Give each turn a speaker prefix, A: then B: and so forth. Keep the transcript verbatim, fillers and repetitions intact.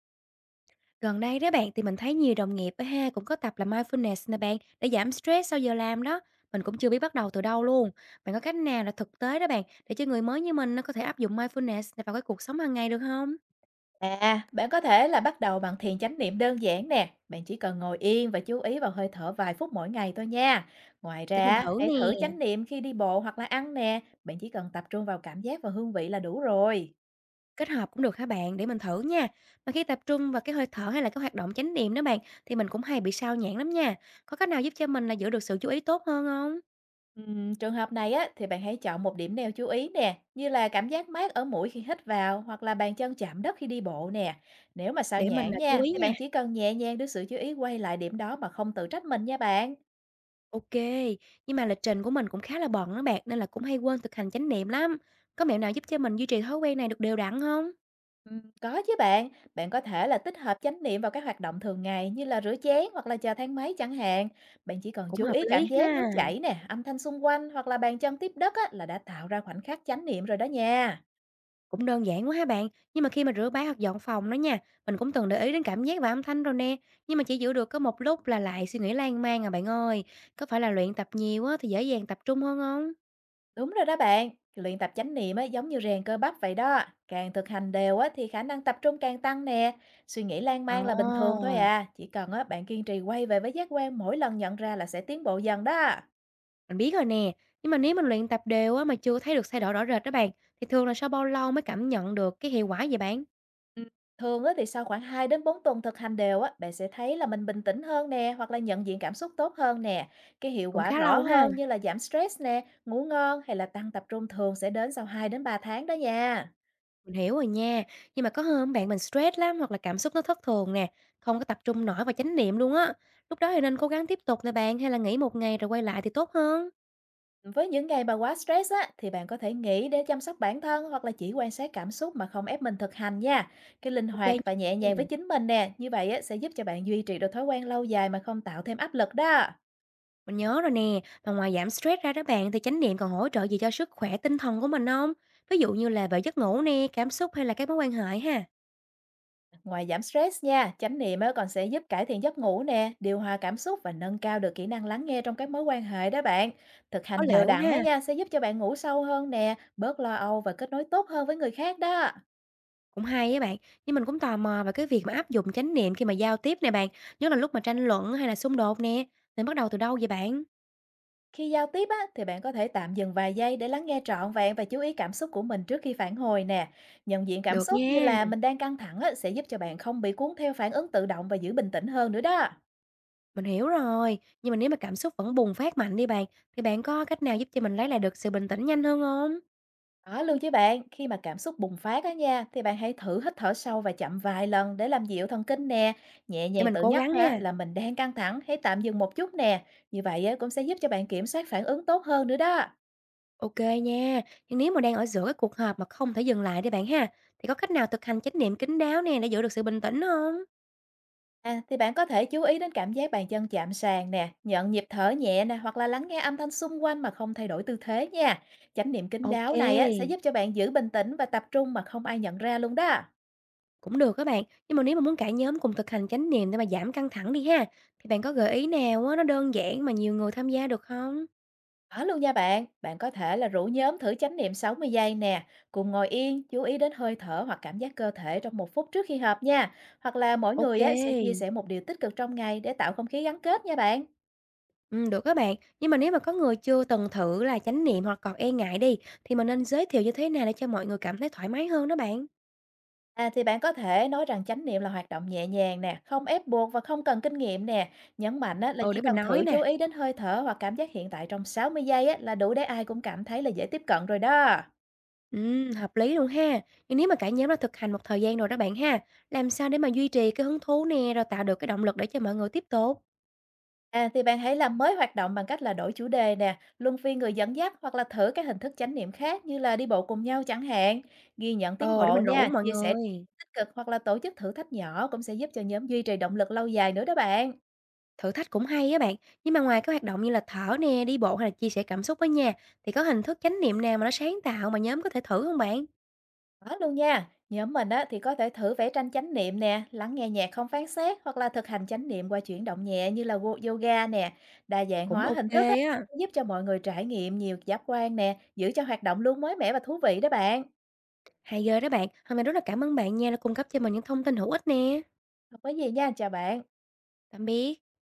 A: Gần đây đó bạn thì mình thấy nhiều đồng nghiệp á ha cũng có tập là mindfulness nè bạn để giảm stress sau giờ làm đó. Mình cũng chưa biết bắt đầu từ đâu luôn. Bạn có cách nào là thực tế đó bạn để cho người mới như mình nó có thể áp dụng mindfulness này vào cái cuộc sống hàng ngày được không?
B: À, bạn có thể là bắt đầu bằng thiền chánh niệm đơn giản nè. Bạn chỉ cần ngồi yên và chú ý vào hơi thở vài phút mỗi ngày thôi nha. Ngoài
A: Để mình
B: ra,
A: thử
B: hãy
A: nè.
B: thử chánh niệm khi đi bộ hoặc là ăn nè. Bạn chỉ cần tập trung vào cảm giác và hương vị là đủ rồi.
A: Kết hợp cũng được hả bạn? Để mình thử nha. Mà khi tập trung vào cái hơi thở hay là cái hoạt động chánh niệm đó bạn thì mình cũng hay bị sao nhãng lắm nha. Có cách nào giúp cho mình là giữ được sự chú ý tốt hơn không?
B: Ừm, trường hợp này á, thì bạn hãy chọn một điểm neo chú ý nè, như là cảm giác mát ở mũi khi hít vào hoặc là bàn chân chạm đất khi đi bộ nè. Nếu mà sao
A: Để mình
B: nhãng
A: là chú
B: nha,
A: ý
B: thì
A: nha.
B: bạn chỉ cần nhẹ nhàng đưa sự chú ý quay lại điểm đó mà không tự trách mình nha bạn.
A: OK, nhưng mà lịch trình của mình cũng khá là bận á bạn, nên là cũng hay quên thực hành chánh niệm lắm. Có mẹo nào giúp cho mình duy trì thói quen này được đều đặn không?
B: Ừm, có chứ bạn, bạn có thể là tích hợp chánh niệm vào các hoạt động thường ngày như là rửa chén hoặc là chờ thang máy chẳng hạn. Bạn chỉ cần
A: Cũng
B: chú
A: hợp
B: ý cảm
A: lý
B: giác nước
A: ha,
B: chảy nè, âm thanh xung quanh hoặc là bàn chân tiếp đất á, là đã tạo ra khoảnh khắc chánh niệm rồi đó nha.
A: cũng đơn giản quá ha bạn. Nhưng mà khi mà rửa bát hoặc dọn phòng đó nha, mình cũng từng để ý đến cảm giác và âm thanh rồi nè, nhưng mà chỉ giữ được có một lúc là lại suy nghĩ lan man à bạn ơi. Có phải là luyện tập nhiều á thì dễ dàng tập trung hơn không?
B: Đúng rồi đó bạn, luyện tập chánh niệm á, giống như rèn cơ bắp vậy đó. Càng thực hành đều á, thì khả năng tập trung càng tăng nè. Suy nghĩ lan
A: Ờ,
B: man là bình thường thôi à, chỉ cần á, bạn kiên trì quay về với giác quan mỗi lần nhận ra là sẽ tiến bộ dần đó.
A: mình biết rồi nè, nhưng mà nếu mình luyện tập đều á mà chưa thấy được thay đổi rõ rệt đó bạn, thì thường là sau bao lâu mới cảm nhận được cái hiệu quả vậy bạn?
B: Ừm, thường á thì sau khoảng hai đến bốn tuần thực hành đều á, bạn sẽ thấy là mình bình tĩnh hơn nè, hoặc là nhận diện cảm xúc tốt hơn nè. Cái hiệu
A: Cũng
B: quả
A: khá
B: rõ
A: lâu ha.
B: hơn như là giảm stress nè, ngủ ngon hay là tăng tập trung thường sẽ đến sau hai đến ba tháng đó nha.
A: Mình hiểu rồi nha, nhưng mà có hôm bạn mình stress lắm hoặc là cảm xúc nó thất thường nè, không có tập trung nổi vào chánh niệm luôn á. Lúc đó thì nên cố gắng tiếp tục nè bạn hay là nghỉ một ngày rồi quay lại thì tốt hơn.
B: Với những ngày mà quá stress á, thì bạn có thể nghỉ để chăm sóc bản thân hoặc là chỉ quan sát cảm xúc mà không ép mình thực hành nha. Cái linh
A: Ok
B: hoạt
A: nha.
B: và nhẹ nhàng với chính mình nè, như vậy á, sẽ giúp cho bạn duy trì được thói quen lâu dài mà không tạo thêm áp lực đó.
A: Mình nhớ rồi nè, mà ngoài giảm stress ra đó bạn thì chánh niệm còn hỗ trợ gì cho sức khỏe tinh thần của mình không? Ví dụ như là về giấc ngủ nè, cảm xúc hay là các mối quan hệ ha.
B: Ngoài giảm stress nha, chánh niệm á còn sẽ giúp cải thiện giấc ngủ nè, điều hòa cảm xúc và nâng cao được kỹ năng lắng nghe trong các mối quan hệ đó bạn. Thực
A: Có
B: hành đều
A: lợi quá
B: đặn á
A: ha,
B: nha sẽ giúp cho bạn ngủ sâu hơn nè, bớt lo âu và kết nối tốt hơn với người khác đó.
A: cũng hay á bạn. Nhưng mình cũng tò mò về cái việc mà áp dụng chánh niệm khi mà giao tiếp nè bạn, nhất là lúc mà tranh luận hay là xung đột nè. Nên bắt đầu từ đâu vậy bạn?
B: Khi giao tiếp á thì bạn có thể tạm dừng vài giây để lắng nghe trọn vẹn và chú ý cảm xúc của mình trước khi phản hồi nè. Nhận diện cảm
A: Được
B: xúc như
A: nha.
B: là mình đang căng thẳng á sẽ giúp cho bạn không bị cuốn theo phản ứng tự động và giữ bình tĩnh hơn nữa đó.
A: Mình hiểu rồi, nhưng mà nếu mà cảm xúc vẫn bùng phát mạnh đi bạn, thì bạn có cách nào giúp cho mình lấy lại được sự bình tĩnh nhanh hơn không?
B: Có luôn chứ bạn, khi mà cảm xúc bùng phát á nha, thì bạn hãy thử hít thở sâu và chậm vài lần để làm dịu thần kinh nè. Nhẹ
A: Để
B: nhàng
A: mình
B: tự
A: cố
B: nhắc
A: gắng
B: á,
A: ha.
B: là mình đang căng thẳng, hãy tạm dừng một chút nè. Như vậy á, cũng sẽ giúp cho bạn kiểm soát phản ứng tốt hơn nữa đó.
A: OK nha, nhưng nếu mà đang ở giữa cái cuộc họp mà không thể dừng lại đi bạn ha, thì có cách nào thực hành chánh niệm kín đáo nè để giữ được sự bình tĩnh không?
B: À, thì bạn có thể chú ý đến cảm giác bàn chân chạm sàn nè, nhận nhịp thở nhẹ nè, hoặc là lắng nghe âm thanh xung quanh mà không thay đổi tư thế nha. Chánh niệm kín đáo này á, sẽ
A: OK,
B: giúp cho bạn giữ bình tĩnh và tập trung mà không ai nhận ra luôn đó.
A: cũng được các bạn, nhưng mà nếu mà muốn cả nhóm cùng thực hành chánh niệm để mà giảm căng thẳng đi ha, thì bạn có gợi ý nào á nó đơn giản mà nhiều người tham gia được không?
B: Có luôn nha bạn, bạn có thể là rủ nhóm thử chánh niệm sáu mươi giây nè, cùng ngồi yên, chú ý đến hơi thở hoặc cảm giác cơ thể trong một phút trước khi họp nha. Hoặc là mỗi người á, sẽ chia
A: OK.
B: sẻ một điều tích cực trong ngày để tạo không khí gắn kết nha bạn.
A: Ừm, được các bạn. Nhưng mà nếu mà có người chưa từng thử là chánh niệm hoặc còn e ngại đi, thì mình nên giới thiệu như thế nào để cho mọi người cảm thấy thoải mái hơn đó bạn?
B: À thì bạn có thể nói rằng chánh niệm là hoạt động nhẹ nhàng nè, không ép buộc và không cần kinh nghiệm nè. Nhấn mạnh á, là
A: Ừ,
B: chỉ
A: để mình
B: cần
A: nói
B: thử chú
A: nè.
B: ý đến hơi thở hoặc cảm giác hiện tại trong sáu mươi giây á, là đủ để ai cũng cảm thấy là dễ tiếp cận rồi đó.
A: Ừm, hợp lý luôn ha. Nhưng nếu mà cả nhóm đã thực hành một thời gian rồi đó bạn ha, làm sao để mà duy trì cái hứng thú nè, rồi tạo được cái động lực để cho mọi người tiếp tục?
B: À, thì bạn hãy làm mới hoạt động bằng cách là đổi chủ đề nè, luân phiên người dẫn dắt hoặc là thử các hình thức chánh niệm khác như là đi bộ cùng nhau chẳng hạn. Ghi nhận tiến
A: Ờ, để
B: bộ
A: mình rủ
B: nha,
A: mọi
B: chia sẻ
A: người.
B: tích cực hoặc là tổ chức thử thách nhỏ cũng sẽ giúp cho nhóm duy trì động lực lâu dài nữa đó bạn.
A: Thử thách cũng hay á bạn. Nhưng mà ngoài các hoạt động như là thở nè, đi bộ hay là chia sẻ cảm xúc với nhà, thì có hình thức chánh niệm nào mà nó sáng tạo mà nhóm có thể thử không bạn?
B: Đó luôn nha. Nhóm mình á, thì có thể thử vẽ tranh chánh niệm nè, lắng nghe nhạc không phán xét hoặc là thực hành chánh niệm qua chuyển động nhẹ như là wo- yoga nè. Đa dạng
A: Cũng
B: hóa hình
A: ok
B: thức á,
A: á.
B: giúp cho mọi người trải nghiệm nhiều giác quan nè, giữ cho hoạt động luôn mới mẻ và thú vị đó bạn.
A: Hay ghê đó bạn. Hôm nay rất là cảm ơn bạn nha đã cung cấp cho mình những thông tin hữu ích nè.
B: Không có gì nha, chào bạn.
A: Tạm biệt.